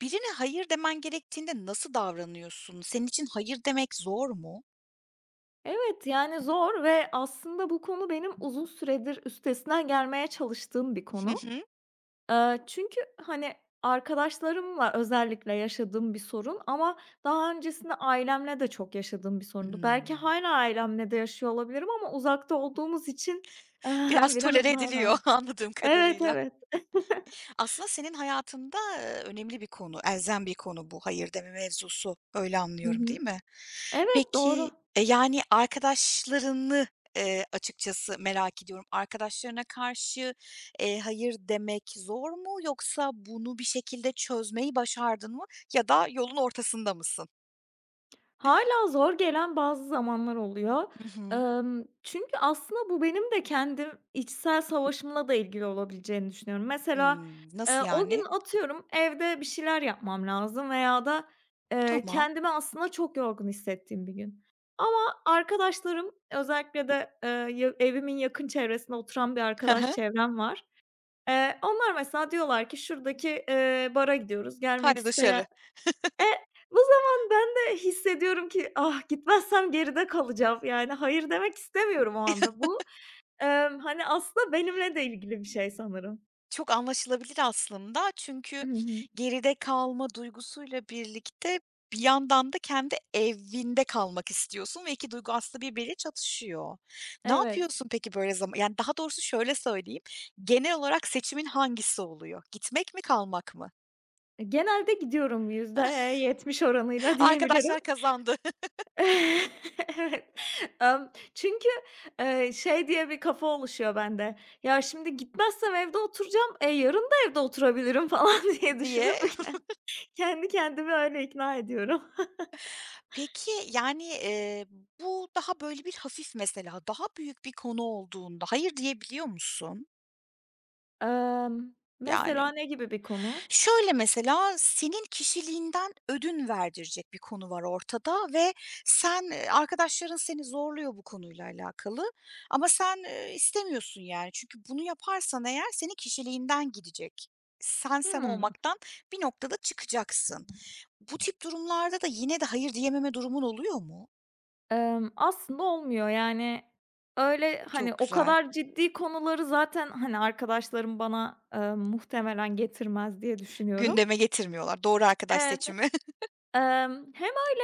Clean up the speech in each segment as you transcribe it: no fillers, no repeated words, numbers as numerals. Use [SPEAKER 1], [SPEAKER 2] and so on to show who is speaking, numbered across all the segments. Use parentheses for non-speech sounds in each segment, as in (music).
[SPEAKER 1] Birine hayır demen gerektiğinde nasıl davranıyorsun? Senin için hayır demek zor mu?
[SPEAKER 2] Evet, yani zor ve aslında bu konu benim uzun süredir üstesinden gelmeye çalıştığım bir
[SPEAKER 1] Hı
[SPEAKER 2] konu.
[SPEAKER 1] hı.
[SPEAKER 2] Çünkü, hani, arkadaşlarımla özellikle yaşadığım bir sorun ama daha öncesinde ailemle de çok yaşadığım bir sorundu. Belki
[SPEAKER 1] Hımm.
[SPEAKER 2] hâlâ ailemle de yaşıyor olabilirim ama uzakta olduğumuz için (laughs)
[SPEAKER 1] Biraz tolere
[SPEAKER 2] biraz daha
[SPEAKER 1] ediliyor
[SPEAKER 2] rahat.
[SPEAKER 1] (laughs) anladığım
[SPEAKER 2] Evet,
[SPEAKER 1] kadarıyla.
[SPEAKER 2] evet. (laughs)
[SPEAKER 1] Aslında senin hayatında, önemli bir konu, elzem bir konu bu hayır deme mevzusu. Öyle
[SPEAKER 2] Hı
[SPEAKER 1] anlıyorum,
[SPEAKER 2] hı.
[SPEAKER 1] değil mi?
[SPEAKER 2] Evet,
[SPEAKER 1] Peki,
[SPEAKER 2] doğru.
[SPEAKER 1] e, yani arkadaşlarını, açıkçası merak ediyorum. Arkadaşlarına karşı, hayır demek zor mu yoksa bunu bir şekilde çözmeyi başardın mı ya da yolun ortasında mısın?
[SPEAKER 2] Hâlâ zor gelen bazı zamanlar oluyor.
[SPEAKER 1] Hı hı.
[SPEAKER 2] Çünkü aslında bu benim de kendim içsel savaşımla da ilgili olabileceğini düşünüyorum. Mesela,
[SPEAKER 1] Nasıl
[SPEAKER 2] o gün
[SPEAKER 1] yani?
[SPEAKER 2] atıyorum evde bir şeyler yapmam lazım veya da,
[SPEAKER 1] Tamam.
[SPEAKER 2] kendimi aslında çok yorgun hissettiğim bir gün. Ama arkadaşlarım özellikle de, ya evimin yakın çevresinde oturan bir
[SPEAKER 1] Hı
[SPEAKER 2] arkadaş
[SPEAKER 1] hı.
[SPEAKER 2] çevrem var. Onlar mesela diyorlar ki şuradaki, bara gidiyoruz, gelmek
[SPEAKER 1] Hadi
[SPEAKER 2] isteyen
[SPEAKER 1] dışarı.
[SPEAKER 2] e, bu zaman ben de hissediyorum ki, "Ah, gitmezsem geride kalacağım." Yani, hayır demek istemiyorum o anda. Bu, hani, aslında benimle de ilgili bir şey sanırım.
[SPEAKER 1] Çok anlaşılabilir aslında
[SPEAKER 2] Hı
[SPEAKER 1] çünkü
[SPEAKER 2] hı.
[SPEAKER 1] geride kalma duygusuyla birlikte bir yandan da kendi evinde kalmak istiyorsun ve 2 duygu aslında birbiriyle çatışıyor. Ne
[SPEAKER 2] Evet.
[SPEAKER 1] yapıyorsun peki böyle zama yani, daha doğrusu şöyle söyleyeyim, genel olarak seçimin hangisi oluyor? Gitmek mi, kalmak mı?
[SPEAKER 2] E, genelde gidiyorum yüzde, oranıyla
[SPEAKER 1] (laughs)
[SPEAKER 2] diyebilirim.
[SPEAKER 1] "Arkadaşlar kazandı."
[SPEAKER 2] (laughs) Evet. Çünkü, şey diye bir kafa oluşuyor bende. "Ya, şimdi gitmezsem evde oturacağım, e, yarın da evde oturabilirim." falan (laughs) diye
[SPEAKER 1] diye
[SPEAKER 2] düşünüp (laughs) kendi kendimi öyle ikna ediyorum.
[SPEAKER 1] Peki, yani, bu daha böyle bir hafif mesela, daha büyük bir konu olduğunda hayır diyebiliyor musun?
[SPEAKER 2] Emm,
[SPEAKER 1] Yani,
[SPEAKER 2] mesela ne gibi bir konu?
[SPEAKER 1] şöyle mesela, senin kişiliğinden ödün verdirecek bir konu var ortada ve sen, arkadaşların seni zorluyor bu konuyla alakalı ama sen, istemiyorsun yani. Çünkü bunu yaparsan eğer senin kişiliğinden gidecek. Sen sen
[SPEAKER 2] Hımm.
[SPEAKER 1] olmaktan bir noktada çıkacaksın. Bu tip durumlarda da yine de hayır diyememe durumun oluyor mu?
[SPEAKER 2] Aslında olmuyor. Yani, öyle, hani,
[SPEAKER 1] Çok
[SPEAKER 2] o
[SPEAKER 1] güzel.
[SPEAKER 2] kadar ciddi konuları zaten, hani, arkadaşlarım bana, muhtemelen getirmez diye düşünüyorum.
[SPEAKER 1] Gündeme getirmiyorlar. Doğru arkadaş
[SPEAKER 2] Evet,
[SPEAKER 1] seçimi.
[SPEAKER 2] hem öyle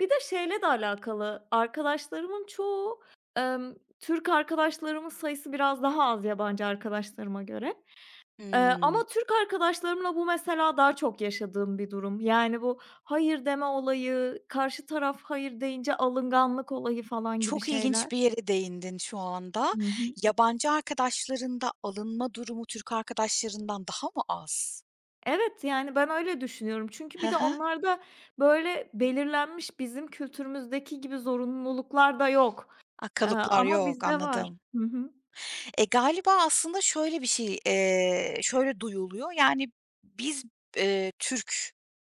[SPEAKER 2] bir de şeyle de alakalı, arkadaşlarımın çoğu, emm, Türk arkadaşlarımın sayısı biraz daha az yabancı arkadaşlarıma göre.
[SPEAKER 1] (laughs)
[SPEAKER 2] Ama
[SPEAKER 1] Hımm.
[SPEAKER 2] Türk arkadaşlarımla bu mesela daha çok yaşadığım bir durum. Yani bu hayır deme olayı, karşı taraf hayır deyince alınganlık olayı falan gibi
[SPEAKER 1] Çok ilginç bir
[SPEAKER 2] şeyler.
[SPEAKER 1] yere değindin şu anda.
[SPEAKER 2] Hı hı.
[SPEAKER 1] Yabancı arkadaşlarında alınma durumu Türk arkadaşlarından daha mı az?
[SPEAKER 2] Evet, yani ben öyle düşünüyorum. Çünkü
[SPEAKER 1] Hı
[SPEAKER 2] bir de
[SPEAKER 1] hı.
[SPEAKER 2] onlarda böyle belirlenmiş bizim kültürümüzdeki gibi zorunluluklar da yok.
[SPEAKER 1] A, kalıplar
[SPEAKER 2] Ama
[SPEAKER 1] yok,
[SPEAKER 2] bizde var.
[SPEAKER 1] anladım.
[SPEAKER 2] Hı hı.
[SPEAKER 1] E, galiba aslında şöyle bir şey, şöyle duyuluyor, yani, biz, Türk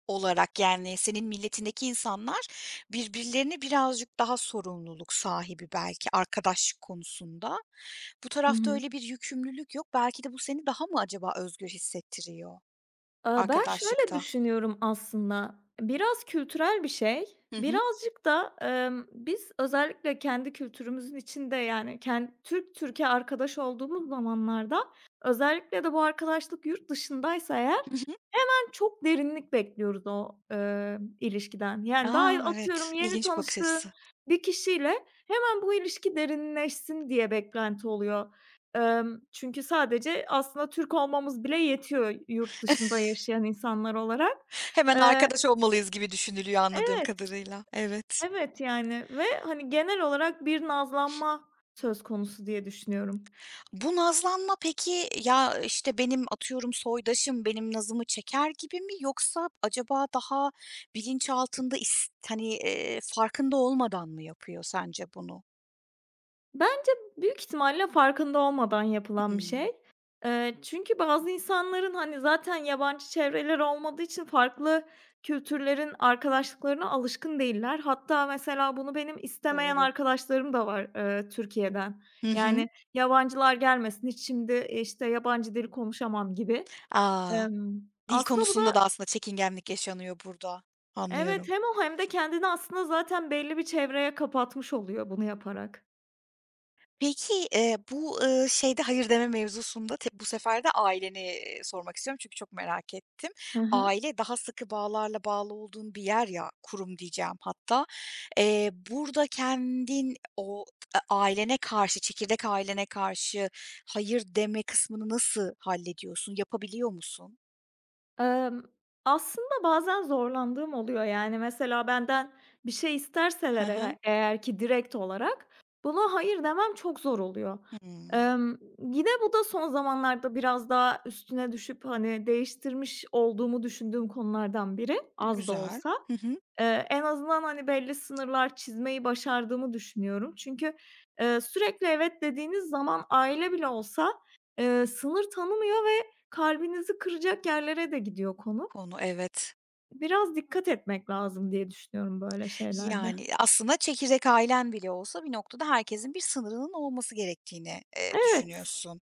[SPEAKER 1] olarak, yani, senin milletindeki insanlar birbirlerine birazcık daha sorumluluk sahibi belki arkadaşlık konusunda. Bu
[SPEAKER 2] Hı
[SPEAKER 1] tarafta
[SPEAKER 2] hı.
[SPEAKER 1] öyle bir yükümlülük yok. Belki de bu seni daha mı acaba özgür hissettiriyor
[SPEAKER 2] Aaa, ben şöyle
[SPEAKER 1] arkadaşlıkta?
[SPEAKER 2] düşünüyorum aslında, biraz kültürel bir şey,
[SPEAKER 1] Hı hı.
[SPEAKER 2] birazcık da, biz özellikle kendi kültürümüzün içinde, yani, Türk Türk'e arkadaş olduğumuz zamanlarda, özellikle de bu arkadaşlık yurt dışındaysa eğer,
[SPEAKER 1] Hı hı.
[SPEAKER 2] çok derinlik bekliyoruz o, ilişkiden. Yani daha
[SPEAKER 1] A!
[SPEAKER 2] atıyorum
[SPEAKER 1] Evet,
[SPEAKER 2] yeni
[SPEAKER 1] ilginç bir bakış
[SPEAKER 2] tanıştığı
[SPEAKER 1] açısı.
[SPEAKER 2] bir kişiyle hemen bu ilişki derinleşsin diye beklenti oluyor. Çünkü sadece aslında Türk olmamız bile yetiyor yurt dışında yaşayan insanlar olarak.
[SPEAKER 1] Hemen
[SPEAKER 2] Eee
[SPEAKER 1] arkadaş olmalıyız gibi düşünülüyor anladığım
[SPEAKER 2] Evet,
[SPEAKER 1] kadarıyla. Evet.
[SPEAKER 2] evet, yani ve hani genel olarak bir nazlanma söz konusu diye düşünüyorum.
[SPEAKER 1] Bu nazlanma peki, ya, işte, benim atıyorum soydaşım benim nazımı çeker gibi mi yoksa acaba daha bilinçaltında is hani, farkında olmadan mı yapıyor sence bunu?
[SPEAKER 2] Bence büyük ihtimalle farkında olmadan yapılan bir şey.
[SPEAKER 1] Hımm,
[SPEAKER 2] Çünkü bazı insanların, hani, zaten yabancı çevreleri olmadığı için farklı kültürlerin arkadaşlıklarına alışkın değiller. Hatta mesela bunu benim istemeyen
[SPEAKER 1] doğru.
[SPEAKER 2] arkadaşlarım da var, Türkiye'den.
[SPEAKER 1] Hı hı.
[SPEAKER 2] Yani, yabancılar gelmesin, hiç şimdi, işte, yabancı dil konuşamam gibi.
[SPEAKER 1] A!
[SPEAKER 2] Emm,
[SPEAKER 1] Dil
[SPEAKER 2] aslında bu da
[SPEAKER 1] konusunda da aslında çekingenlik yaşanıyor burada.
[SPEAKER 2] Evet,
[SPEAKER 1] Anlıyorum.
[SPEAKER 2] hem o hem de kendini aslında zaten belli bir çevreye kapatmış oluyor bunu yaparak.
[SPEAKER 1] Peki, bu, şeyde hayır deme mevzusunda te bu sefer de aileni, sormak istiyorum çünkü çok merak ettim.
[SPEAKER 2] Hı hı.
[SPEAKER 1] Aile daha sıkı bağlarla bağlı olduğun bir yer ya, kurum diyeceğim hatta. Burada kendin o a ailene karşı, çekirdek ailene karşı hayır deme kısmını nasıl hallediyorsun? Yapabiliyor musun?
[SPEAKER 2] Emm, aslında bazen zorlandığım oluyor. Yani, mesela benden bir şey
[SPEAKER 1] Hı
[SPEAKER 2] isterseler
[SPEAKER 1] hı.
[SPEAKER 2] eğer ki direkt olarak buna hayır demem çok zor oluyor.
[SPEAKER 1] Hımm.
[SPEAKER 2] Yine bu da son zamanlarda biraz daha üstüne düşüp, hani, değiştirmiş olduğumu düşündüğüm konulardan biri, az da
[SPEAKER 1] Güzel.
[SPEAKER 2] olsa.
[SPEAKER 1] Hı hı.
[SPEAKER 2] En azından, hani, belli sınırlar çizmeyi başardığımı düşünüyorum. Çünkü, sürekli "evet" dediğiniz zaman aile bile olsa, sınır tanımıyor ve kalbinizi kıracak yerlere de gidiyor konu.
[SPEAKER 1] Konu, evet.
[SPEAKER 2] Biraz dikkat etmek lazım diye düşünüyorum böyle şeylerde.
[SPEAKER 1] Yani, aslında çekirdek ailen bile olsa bir noktada herkesin bir sınırının olması gerektiğini,
[SPEAKER 2] Evet,
[SPEAKER 1] düşünüyorsun.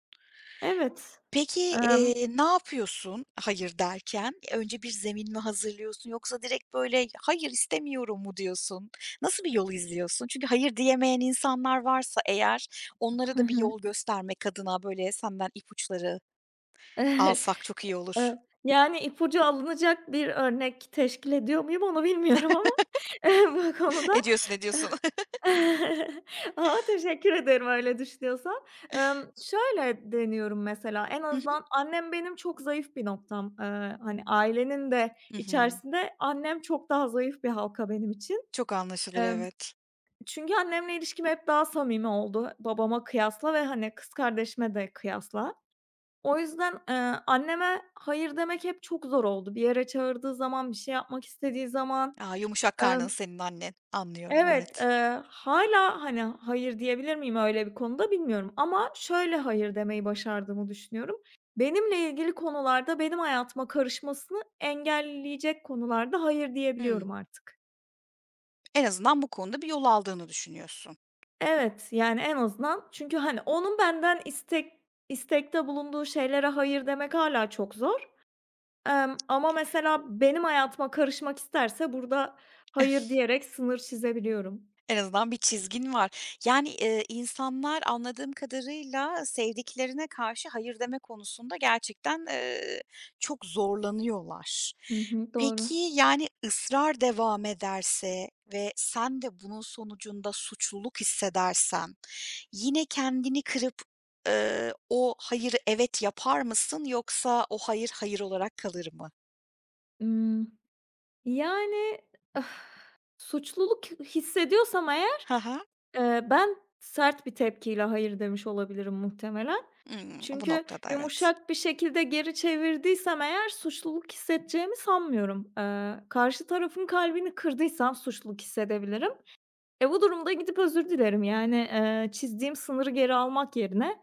[SPEAKER 2] evet.
[SPEAKER 1] Peki,
[SPEAKER 2] Emm.
[SPEAKER 1] ne yapıyorsun hayır derken? Önce bir zemin mi hazırlıyorsun yoksa direkt böyle hayır istemiyorum mu diyorsun? Nasıl bir yol izliyorsun? Çünkü hayır diyemeyen insanlar varsa eğer onlara
[SPEAKER 2] Hı
[SPEAKER 1] da bir
[SPEAKER 2] hı.
[SPEAKER 1] yol göstermek adına böyle senden ipuçları
[SPEAKER 2] (laughs)
[SPEAKER 1] alsak çok iyi olur.
[SPEAKER 2] Eee, yani, ipucu alınacak bir örnek teşkil ediyor muyum onu bilmiyorum ama, (laughs) bu konuda
[SPEAKER 1] (laughs) Ediyorsun, ediyorsun. (laughs)
[SPEAKER 2] (laughs) A, teşekkür ederim öyle düşünüyorsan. Şöyle deniyorum mesela, en
[SPEAKER 1] Hı hı.
[SPEAKER 2] azından annem benim çok zayıf bir noktam. Hani, ailenin de
[SPEAKER 1] Hı hı.
[SPEAKER 2] içerisinde annem çok daha zayıf bir halka benim için.
[SPEAKER 1] Çok anlaşılır,
[SPEAKER 2] Emm,
[SPEAKER 1] evet.
[SPEAKER 2] çünkü annemle ilişkim hep daha samimi oldu babama kıyasla ve, hani, kız kardeşime de kıyasla. O yüzden, anneme hayır demek hep çok zor oldu. Bir yere çağırdığı zaman, bir şey yapmak istediği zaman,
[SPEAKER 1] A, yumuşak karnın senin annen. Anlıyorum,
[SPEAKER 2] Evet,
[SPEAKER 1] evet.
[SPEAKER 2] hâlâ, hani, hayır diyebilir miyim öyle bir konuda bilmiyorum ama şöyle hayır demeyi başardığımı düşünüyorum. Benimle ilgili konularda benim hayatıma karışmasını engelleyecek konularda hayır
[SPEAKER 1] Hımm.
[SPEAKER 2] diyebiliyorum artık.
[SPEAKER 1] En azından bu konuda bir yol aldığını düşünüyorsun.
[SPEAKER 2] Evet, yani, en azından çünkü, hani, onun benden istekte bulunduğu şeylere hayır demek hâlâ çok zor. Ama mesela benim hayatıma karışmak isterse burada hayır
[SPEAKER 1] (laughs)
[SPEAKER 2] diyerek sınır çizebiliyorum.
[SPEAKER 1] En azından bir çizgin var. Yani, insanlar anladığım kadarıyla sevdiklerine karşı hayır deme konusunda gerçekten, çok zorlanıyorlar.
[SPEAKER 2] Hı hı, doğru.
[SPEAKER 1] Peki, yani, ısrar devam ederse ve sen de bunun sonucunda suçluluk hissedersen yine kendini kırıp, o hayırı evet yapar mısın yoksa o hayır, hayır olarak kalır mı?
[SPEAKER 2] Imm. Yani, ah, suçluluk hissediyorsam eğer,
[SPEAKER 1] Hı hı.
[SPEAKER 2] ben sert bir tepkiyle hayır demiş olabilirim muhtemelen.
[SPEAKER 1] Hımm, bu
[SPEAKER 2] Çünkü
[SPEAKER 1] noktada evet.
[SPEAKER 2] yumuşak bir şekilde geri çevirdiysem eğer suçluluk hissedeceğimi sanmıyorum. Karşı tarafın kalbini kırdıysam suçluluk hissedebilirim. E, bu durumda gidip özür dilerim. Yani, çizdiğim sınırı geri almak yerine,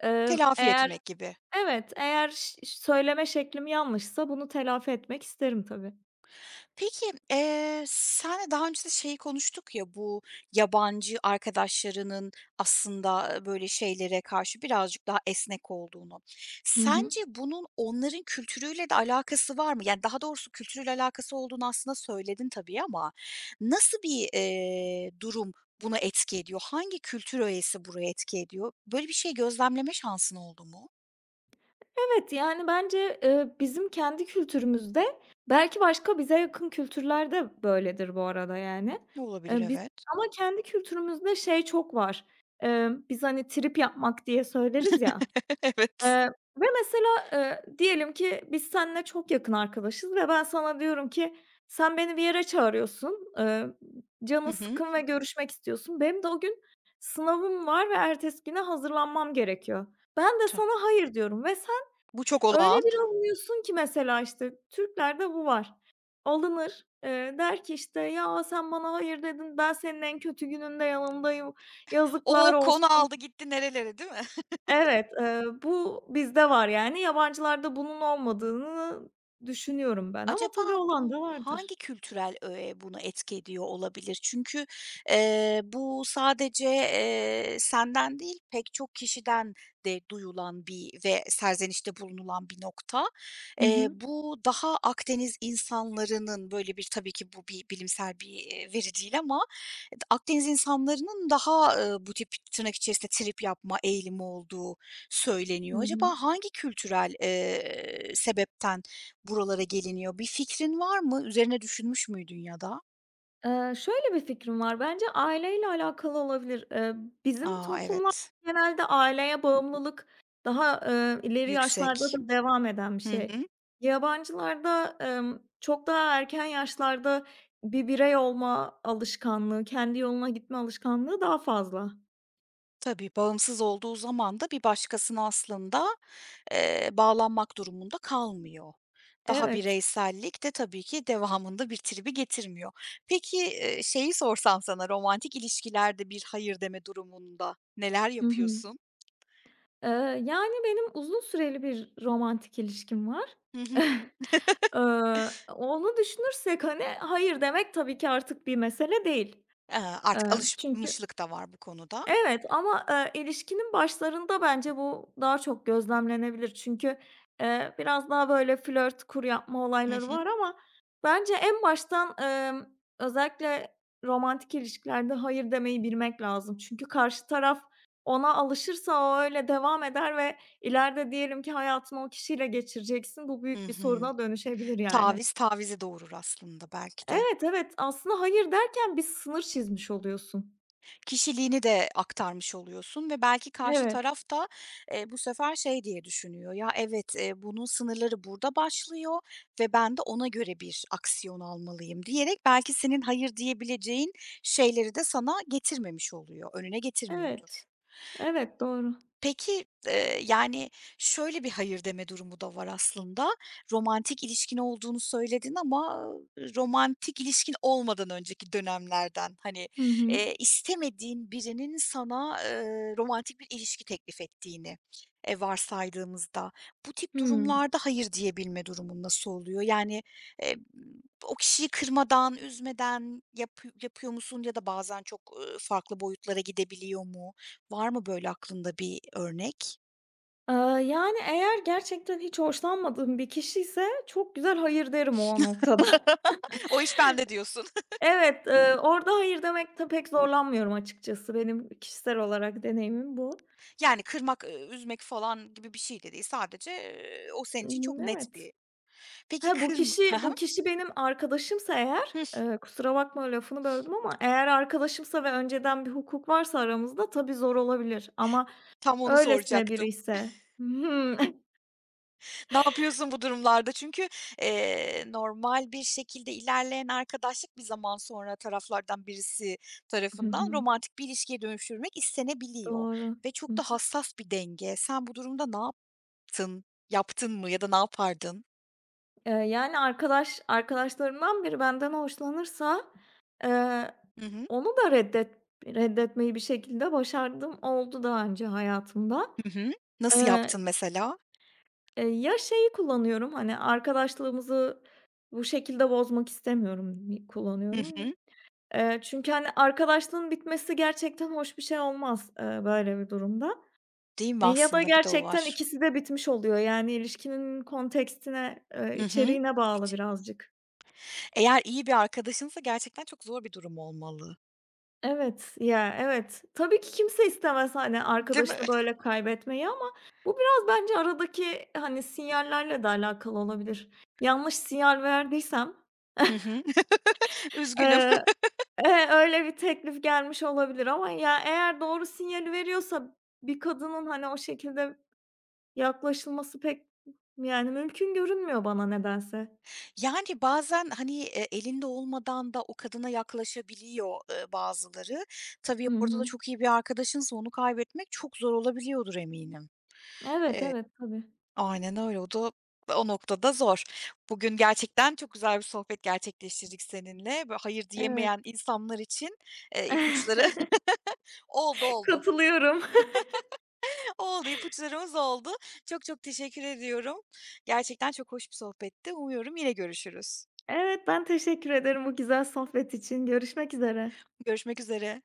[SPEAKER 1] Telafi
[SPEAKER 2] eğer
[SPEAKER 1] etmek gibi.
[SPEAKER 2] Evet, eğer söyleme şeklim yanlışsa bunu telafi etmek isterim tabii.
[SPEAKER 1] Peki, seninle daha önce de şeyi konuştuk ya, bu yabancı arkadaşlarının aslında, böyle şeylere karşı birazcık daha esnek olduğunu.
[SPEAKER 2] Hı hı.
[SPEAKER 1] Sence bunun onların kültürüyle de alakası var mı? Yani, daha doğrusu kültürüyle alakası olduğunu aslında söyledin tabii ama nasıl bir, durum buna etki ediyor? Hangi kültür öğesi buraya etki ediyor? Böyle bir şey gözlemleme şansın oldu mu?
[SPEAKER 2] Evet, yani bence, bizim kendi kültürümüzde, belki başka bize yakın kültürlerde böyledir bu arada yani.
[SPEAKER 1] Olabilir,
[SPEAKER 2] Biz
[SPEAKER 1] evet.
[SPEAKER 2] ama kendi kültürümüzde şey çok var. Biz hani trip yapmak diye söyleriz ya.
[SPEAKER 1] (laughs) Evet.
[SPEAKER 2] Eee, ve mesela, diyelim ki biz seninle çok yakın arkadaşız ve ben sana diyorum ki sen beni bir yere çağırıyorsun, canın
[SPEAKER 1] Hı hı.
[SPEAKER 2] sıkkın ve görüşmek istiyorsun. Benim de o gün sınavım var ve ertesi güne hazırlanmam gerekiyor. Ben de sana hayır diyorum ve
[SPEAKER 1] Bu çok
[SPEAKER 2] Öyle
[SPEAKER 1] olağan.
[SPEAKER 2] bir alınıyorsun ki mesela, işte, Türklerde bu var. Alınır, der ki, işte, "Ya, sen bana hayır dedin, ben senin en kötü gününde yanındayım, yazıklar
[SPEAKER 1] O, konu
[SPEAKER 2] olsun."
[SPEAKER 1] aldı gitti nerelere, değil mi?
[SPEAKER 2] Evet, bu bizde var yani. Yabancılarda bunun olmadığını düşünüyorum ben ama
[SPEAKER 1] Acaba
[SPEAKER 2] tabii olan
[SPEAKER 1] bu
[SPEAKER 2] da
[SPEAKER 1] hangi
[SPEAKER 2] vardır.
[SPEAKER 1] kültürel öğe bunu etki ediyor olabilir? Çünkü, bu sadece, senden değil, pek çok kişiden de duyulan bir ve serzenişte bulunulan bir nokta.
[SPEAKER 2] Hı hı.
[SPEAKER 1] Bu daha Akdeniz insanlarının böyle bir tabii ki bu bir bilimsel bir, veri değil ama Akdeniz insanlarının daha, bu tip tırnak içerisinde trip yapma eğilimi olduğu
[SPEAKER 2] Hı
[SPEAKER 1] söyleniyor.
[SPEAKER 2] hı.
[SPEAKER 1] Acaba hangi kültürel, sebepten Buralara geliniyor. Bir fikrin var mı? Üzerine düşünmüş müydün ya da?
[SPEAKER 2] Şöyle bir fikrim var, bence aileyle alakalı olabilir. Bizim
[SPEAKER 1] A,
[SPEAKER 2] toplumlar
[SPEAKER 1] evet,
[SPEAKER 2] genelde aileye bağımlılık daha, ileri yaşlarda
[SPEAKER 1] yüksek.
[SPEAKER 2] da devam eden bir
[SPEAKER 1] Hı
[SPEAKER 2] şey.
[SPEAKER 1] hı.
[SPEAKER 2] Yabancılarda, çok daha erken yaşlarda bir birey olma alışkanlığı, kendi yoluna gitme alışkanlığı daha fazla.
[SPEAKER 1] Tabii, bağımsız olduğu zaman da bir başkasına aslında, bağlanmak durumunda kalmıyor. Daha
[SPEAKER 2] Evet.
[SPEAKER 1] bireysellik de tabii ki devamında bir tribi getirmiyor. Peki, şeyi sorsam sana, romantik ilişkilerde bir hayır deme durumunda neler
[SPEAKER 2] Hı hı.
[SPEAKER 1] yapıyorsun?
[SPEAKER 2] Eee, yani benim uzun süreli bir romantik ilişkim var.
[SPEAKER 1] Hı hı.
[SPEAKER 2] (laughs) Onu düşünürsek, hani, hayır demek tabii ki artık bir mesele değil.
[SPEAKER 1] Eee, artık
[SPEAKER 2] Çünkü
[SPEAKER 1] alışmışlık da var bu konuda.
[SPEAKER 2] Evet ama, ilişkinin başlarında bence bu daha çok gözlemlenebilir. Çünkü, biraz daha böyle flört, kur yapma
[SPEAKER 1] Hı
[SPEAKER 2] olayları
[SPEAKER 1] hı.
[SPEAKER 2] var ama bence en baştan, özellikle romantik ilişkilerde hayır demeyi bilmek lazım. Çünkü karşı taraf ona alışırsa o öyle devam eder ve ileride diyelim ki hayatını o kişiyle geçireceksin. Bu
[SPEAKER 1] Hı
[SPEAKER 2] büyük bir
[SPEAKER 1] hı.
[SPEAKER 2] soruna dönüşebilir yani.
[SPEAKER 1] Taviz, tavizi doğurur aslında belki de.
[SPEAKER 2] Evet, evet. Aslında hayır derken bir sınır çizmiş oluyorsun.
[SPEAKER 1] Kişiliğini de aktarmış oluyorsun ve belki karşı
[SPEAKER 2] Evet,
[SPEAKER 1] taraf da, bu sefer şey diye düşünüyor, "Ya, evet, bunun sınırları burada başlıyor ve ben de ona göre bir aksiyon almalıyım." diyerek belki senin hayır diyebileceğin şeyleri de sana getirmemiş oluyor, önüne getirmiyordur.
[SPEAKER 2] evet. Evet, doğru.
[SPEAKER 1] Peki, yani, şöyle bir hayır deme durumu da var aslında. Romantik ilişkin olduğunu söyledin ama, romantik ilişkin olmadan önceki dönemlerden, hani,
[SPEAKER 2] Hı hı.
[SPEAKER 1] istemediğin birinin sana, romantik bir ilişki teklif ettiğini, varsaydığımızda, bu tip
[SPEAKER 2] Hımm.
[SPEAKER 1] durumlarda hayır diyebilme durumun nasıl oluyor? Yani, eee, o kişiyi kırmadan, üzmeden yapı yapıyor musun ya da bazen çok, farklı boyutlara gidebiliyor mu? Var mı böyle aklında bir örnek?
[SPEAKER 2] Eee, yani, eğer gerçekten hiç hoşlanmadığım bir kişiyse çok güzel hayır derim o noktada. (laughs)
[SPEAKER 1] (laughs) "O iş bende." diyorsun. (laughs)
[SPEAKER 2] Evet, orada hayır demekte pek zorlanmıyorum açıkçası. Benim kişisel olarak deneyimim bu.
[SPEAKER 1] Yani kırmak, üzmek falan gibi bir şey de değil. Sadece, o senin için çok
[SPEAKER 2] Imm,
[SPEAKER 1] net
[SPEAKER 2] evet.
[SPEAKER 1] bir Peki
[SPEAKER 2] Ha,
[SPEAKER 1] kırm (laughs) Hı hı.
[SPEAKER 2] bu kişi benim arkadaşımsa eğer,
[SPEAKER 1] Hıh.
[SPEAKER 2] kusura bakma lafını böldüm ama eğer arkadaşımsa ve önceden bir hukuk varsa aramızda tabii zor olabilir ama
[SPEAKER 1] Tam onu
[SPEAKER 2] öylesine
[SPEAKER 1] soracaktım.
[SPEAKER 2] biriyse Hımm. Hı
[SPEAKER 1] (laughs) Ne yapıyorsun bu durumlarda? Çünkü, normal bir şekilde ilerleyen arkadaşlık bir zaman sonra taraflardan birisi tarafından
[SPEAKER 2] hı. (laughs)
[SPEAKER 1] romantik bir ilişkiye dönüştürmek istenebiliyor
[SPEAKER 2] Doğru.
[SPEAKER 1] ve çok
[SPEAKER 2] Hı.
[SPEAKER 1] da hassas bir denge. Sen bu durumda ne yaptın? Yaptın mı ya da ne yapardın?
[SPEAKER 2] Yani, arkadaşlarımdan biri benden hoşlanırsa, eee,
[SPEAKER 1] Hı hı.
[SPEAKER 2] onu da reddet reddetmeyi bir şekilde başardım oldu daha önce hayatımda.
[SPEAKER 1] Hı hı. Nasıl
[SPEAKER 2] Eee,
[SPEAKER 1] yaptın mesela?
[SPEAKER 2] ya şeyi kullanıyorum, hani, arkadaşlığımızı bu şekilde bozmak istemiyorum
[SPEAKER 1] Hı
[SPEAKER 2] kullanıyorum.
[SPEAKER 1] hı.
[SPEAKER 2] Çünkü, hani, arkadaşlığın bitmesi gerçekten hoş bir şey olmaz, böyle bir durumda.
[SPEAKER 1] Değil mi
[SPEAKER 2] E, ya da
[SPEAKER 1] aslında bir de o
[SPEAKER 2] gerçekten
[SPEAKER 1] var.
[SPEAKER 2] ikisi de bitmiş oluyor. Yani, ilişkinin kontekstine,
[SPEAKER 1] Hı hı.
[SPEAKER 2] içeriğine bağlı
[SPEAKER 1] Hiç
[SPEAKER 2] birazcık.
[SPEAKER 1] Eğer iyi bir arkadaşınsa gerçekten çok zor bir durum olmalı.
[SPEAKER 2] Evet, ya, evet. Tabii ki kimse istemez, hani,
[SPEAKER 1] Değil mi?
[SPEAKER 2] arkadaşını böyle kaybetmeyi ama bu biraz bence aradaki, hani, sinyallerle de alakalı olabilir. Yanlış sinyal verdiysem, (laughs)
[SPEAKER 1] Hı hı. Üzgünüm.
[SPEAKER 2] eee, öyle bir teklif gelmiş olabilir ama ya, eğer doğru sinyali veriyorsa bir kadının, hani, o şekilde yaklaşılması pek, yani, mümkün görünmüyor bana nedense.
[SPEAKER 1] (laughs) Yani bazen, hani, elinde olmadan da o kadına yaklaşabiliyor, bazıları. Tabii
[SPEAKER 2] Hı
[SPEAKER 1] orada da
[SPEAKER 2] hı.
[SPEAKER 1] çok iyi bir arkadaşınsa onu kaybetmek çok zor olabiliyordur eminim.
[SPEAKER 2] Evet, evet, tabii.
[SPEAKER 1] Aynen öyle. O da o noktada zor. Bugün gerçekten çok güzel bir sohbet gerçekleştirdik seninle. Böyle hayır
[SPEAKER 2] Evet.
[SPEAKER 1] diyemeyen insanlar için, ipuçları
[SPEAKER 2] (laughs)
[SPEAKER 1] (laughs) oldu, oldu.
[SPEAKER 2] Katılıyorum.
[SPEAKER 1] (laughs) Oldu, ipuçlarımız oldu. Çok çok teşekkür ediyorum. Gerçekten çok hoş bir sohbetti. Umuyorum yine görüşürüz.
[SPEAKER 2] Evet, ben teşekkür ederim bu güzel sohbet için. Görüşmek üzere.
[SPEAKER 1] Görüşmek üzere.